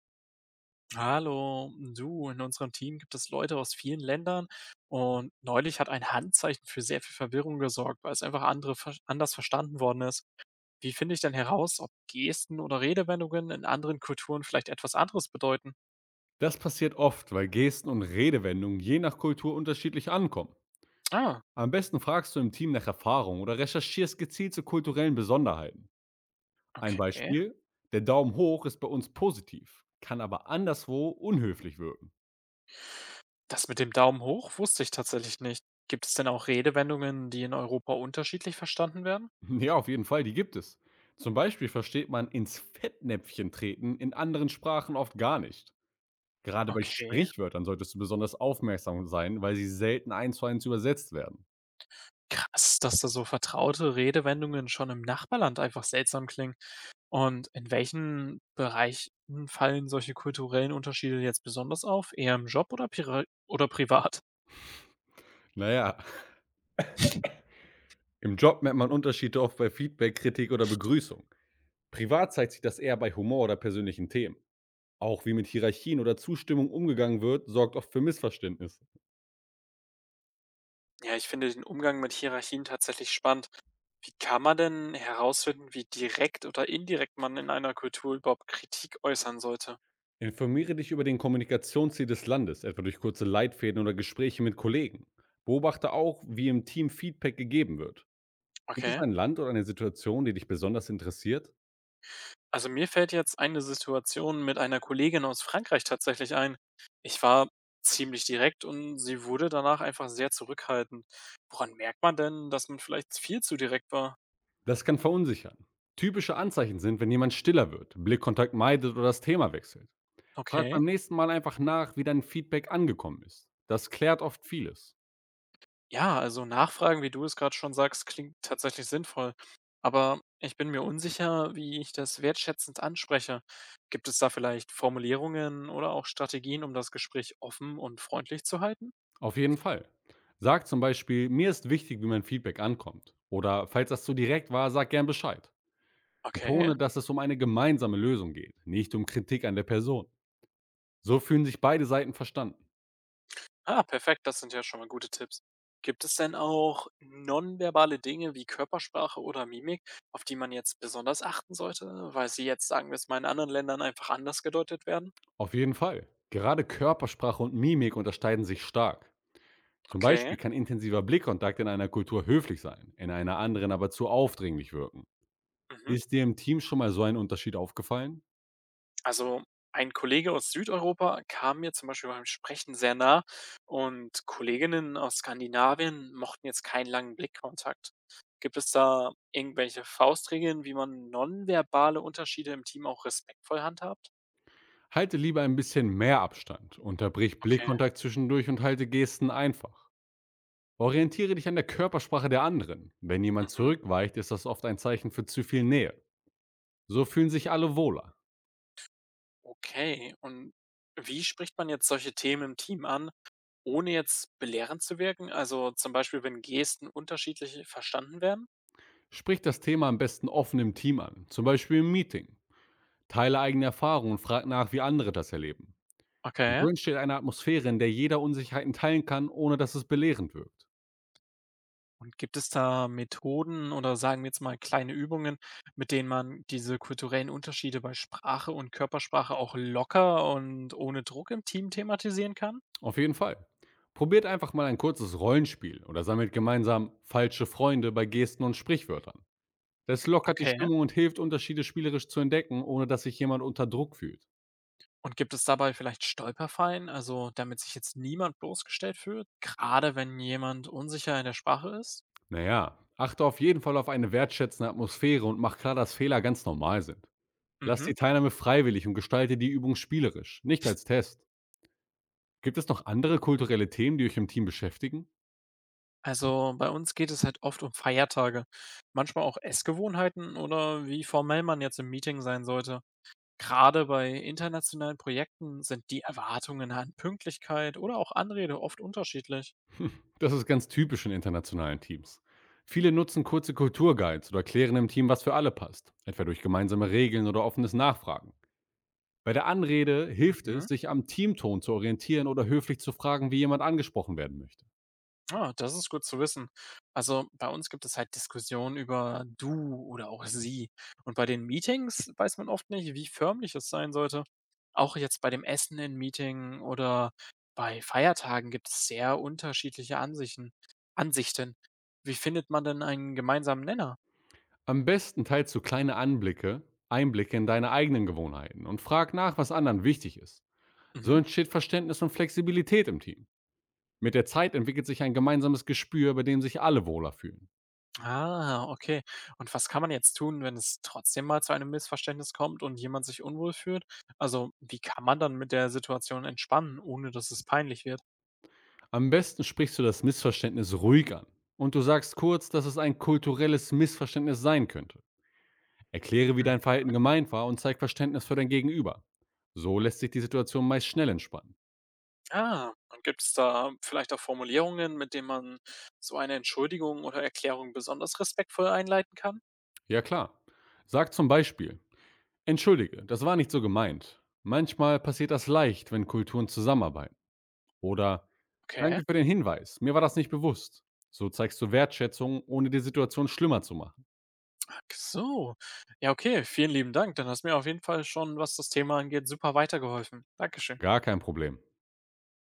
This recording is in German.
Hallo, du, in unserem Team gibt es Leute aus vielen Ländern und neulich hat ein Handzeichen für sehr viel Verwirrung gesorgt, weil es einfach anders verstanden worden ist. Wie finde ich denn heraus, ob Gesten oder Redewendungen in anderen Kulturen vielleicht etwas anderes bedeuten? Das passiert oft, weil Gesten und Redewendungen je nach Kultur unterschiedlich ankommen. Ah, Am besten fragst du im Team nach Erfahrung oder recherchierst gezielt zu kulturellen Besonderheiten. Ein okay. Beispiel, der Daumen hoch ist bei uns positiv, kann aber anderswo unhöflich wirken. Das mit dem Daumen hoch wusste ich tatsächlich nicht. Gibt es denn auch Redewendungen, die in Europa unterschiedlich verstanden werden? Ja, auf jeden Fall, die gibt es. Zum Beispiel versteht man ins Fettnäpfchen treten in anderen Sprachen oft gar nicht. Gerade bei Okay. Sprichwörtern solltest du besonders aufmerksam sein, weil sie selten eins zu eins übersetzt werden. Krass, dass da so vertraute Redewendungen schon im Nachbarland einfach seltsam klingen. Und in welchen Bereichen fallen solche kulturellen Unterschiede jetzt besonders auf? Eher im Job oder pira oder privat? Naja, im Job merkt man Unterschiede oft bei Feedback, Kritik oder Begrüßung. Privat zeigt sich das eher bei Humor oder persönlichen Themen. Auch wie mit Hierarchien oder Zustimmung umgegangen wird, sorgt oft für Missverständnisse. Ja, ich finde den Umgang mit Hierarchien tatsächlich spannend. Wie kann man denn herausfinden, wie direkt oder indirekt man in einer Kultur überhaupt Kritik äußern sollte? Informiere dich über den Kommunikationsziel des Landes, etwa durch kurze Leitfäden oder Gespräche mit Kollegen. Beobachte auch, wie im Team Feedback gegeben wird. Gibt es Okay. ein Land oder eine Situation, die dich besonders interessiert? Also mir fällt jetzt eine Situation mit einer Kollegin aus Frankreich tatsächlich ein. Ich war ziemlich direkt und sie wurde danach einfach sehr zurückhaltend. Woran merkt man denn, dass man vielleicht viel zu direkt war? Das kann verunsichern. Typische Anzeichen sind, wenn jemand stiller wird, Blickkontakt meidet oder das Thema wechselt. Frag Okay. beim nächsten Mal einfach nach, wie dein Feedback angekommen ist. Das klärt oft vieles. Ja, also nachfragen, wie du es gerade schon sagst, klingt tatsächlich sinnvoll. Aber ich bin mir unsicher, wie ich das wertschätzend anspreche. Gibt es da vielleicht Formulierungen oder auch Strategien, um das Gespräch offen und freundlich zu halten? Auf jeden Fall. Sag zum Beispiel, mir ist wichtig, wie mein Feedback ankommt. Oder falls das zu direkt war, sag gern Bescheid. Okay. Betone, dass es um eine gemeinsame Lösung geht, nicht um Kritik an der Person. So fühlen sich beide Seiten verstanden. Ah, perfekt, das sind ja schon mal gute Tipps. Gibt es denn auch nonverbale Dinge wie Körpersprache oder Mimik, auf die man jetzt besonders achten sollte, weil sie jetzt, sagen wir es mal, in anderen Ländern einfach anders gedeutet werden? Auf jeden Fall. Gerade Körpersprache und Mimik unterscheiden sich stark. Zum Okay. Beispiel kann intensiver Blickkontakt in einer Kultur höflich sein, in einer anderen aber zu aufdringlich wirken. Mhm. Ist dir im Team schon mal so ein Unterschied aufgefallen? Also, ein Kollege aus Südeuropa kam mir zum Beispiel beim Sprechen sehr nah und Kolleginnen aus Skandinavien mochten jetzt keinen langen Blickkontakt. Gibt es da irgendwelche Faustregeln, wie man nonverbale Unterschiede im Team auch respektvoll handhabt? Halte lieber ein bisschen mehr Abstand, unterbrich Okay. Blickkontakt zwischendurch und halte Gesten einfach. Orientiere dich an der Körpersprache der anderen. Wenn jemand Mhm. zurückweicht, ist das oft ein Zeichen für zu viel Nähe. So fühlen sich alle wohler. Okay. Und wie spricht man jetzt solche Themen im Team an, ohne jetzt belehrend zu wirken? Also zum Beispiel, wenn Gesten unterschiedlich verstanden werden? Sprich das Thema am besten offen im Team an, zum Beispiel im Meeting. Teile eigene Erfahrungen und frag nach, wie andere das erleben. Okay. So entsteht eine Atmosphäre, in der jeder Unsicherheiten teilen kann, ohne dass es belehrend wirkt. Und gibt es da Methoden oder sagen wir jetzt mal kleine Übungen, mit denen man diese kulturellen Unterschiede bei Sprache und Körpersprache auch locker und ohne Druck im Team thematisieren kann? Auf jeden Fall. Probiert einfach mal ein kurzes Rollenspiel oder sammelt gemeinsam falsche Freunde bei Gesten und Sprichwörtern. Das lockert die Okay. Stimmung und hilft, Unterschiede spielerisch zu entdecken, ohne dass sich jemand unter Druck fühlt. Und gibt es dabei vielleicht Stolperfallen, also damit sich jetzt niemand bloßgestellt fühlt, gerade wenn jemand unsicher in der Sprache ist? Naja, achte auf jeden Fall auf eine wertschätzende Atmosphäre und mach klar, dass Fehler ganz normal sind. Lass Mhm. die Teilnahme freiwillig und gestalte die Übung spielerisch, nicht als Test. Gibt es noch andere kulturelle Themen, die euch im Team beschäftigen? Also bei uns geht es halt oft um Feiertage, manchmal auch Essgewohnheiten oder wie formell man jetzt im Meeting sein sollte. Gerade bei internationalen Projekten sind die Erwartungen an Pünktlichkeit oder auch Anrede oft unterschiedlich. Das ist ganz typisch in internationalen Teams. Viele nutzen kurze Kulturguides oder klären im Team, was für alle passt, etwa durch gemeinsame Regeln oder offenes Nachfragen. Bei der Anrede hilft es, Mhm. sich am Teamton zu orientieren oder höflich zu fragen, wie jemand angesprochen werden möchte. Ah, das ist gut zu wissen. Also bei uns gibt es halt Diskussionen über du oder auch sie. Und bei den Meetings weiß man oft nicht, wie förmlich es sein sollte. Auch jetzt bei dem Essen in Meeting oder bei Feiertagen gibt es sehr unterschiedliche Ansichten. Wie findet man denn einen gemeinsamen Nenner? Am besten teilst du kleine Anblicke, Einblicke in deine eigenen Gewohnheiten und frag nach, was anderen wichtig ist. So Mhm. entsteht Verständnis und Flexibilität im Team. Mit der Zeit entwickelt sich ein gemeinsames Gespür, bei dem sich alle wohler fühlen. Ah, okay. Und was kann man jetzt tun, wenn es trotzdem mal zu einem Missverständnis kommt und jemand sich unwohl fühlt? Also, wie kann man dann mit der Situation entspannen, ohne dass es peinlich wird? Am besten sprichst du das Missverständnis ruhig an und du sagst kurz, dass es ein kulturelles Missverständnis sein könnte. Erkläre, wie Mhm. dein Verhalten gemeint war und zeig Verständnis für dein Gegenüber. So lässt sich die Situation meist schnell entspannen. Ah, und gibt es da vielleicht auch Formulierungen, mit denen man so eine Entschuldigung oder Erklärung besonders respektvoll einleiten kann? Ja klar. Sag zum Beispiel, entschuldige, das war nicht so gemeint. Manchmal passiert das leicht, wenn Kulturen zusammenarbeiten. Oder Okay, danke für den Hinweis, mir war das nicht bewusst. So zeigst du Wertschätzung, ohne die Situation schlimmer zu machen. ach so. Ja, okay, vielen lieben Dank. Dann hast du mir auf jeden Fall schon, was das Thema angeht, super weitergeholfen. Dankeschön. Gar kein Problem.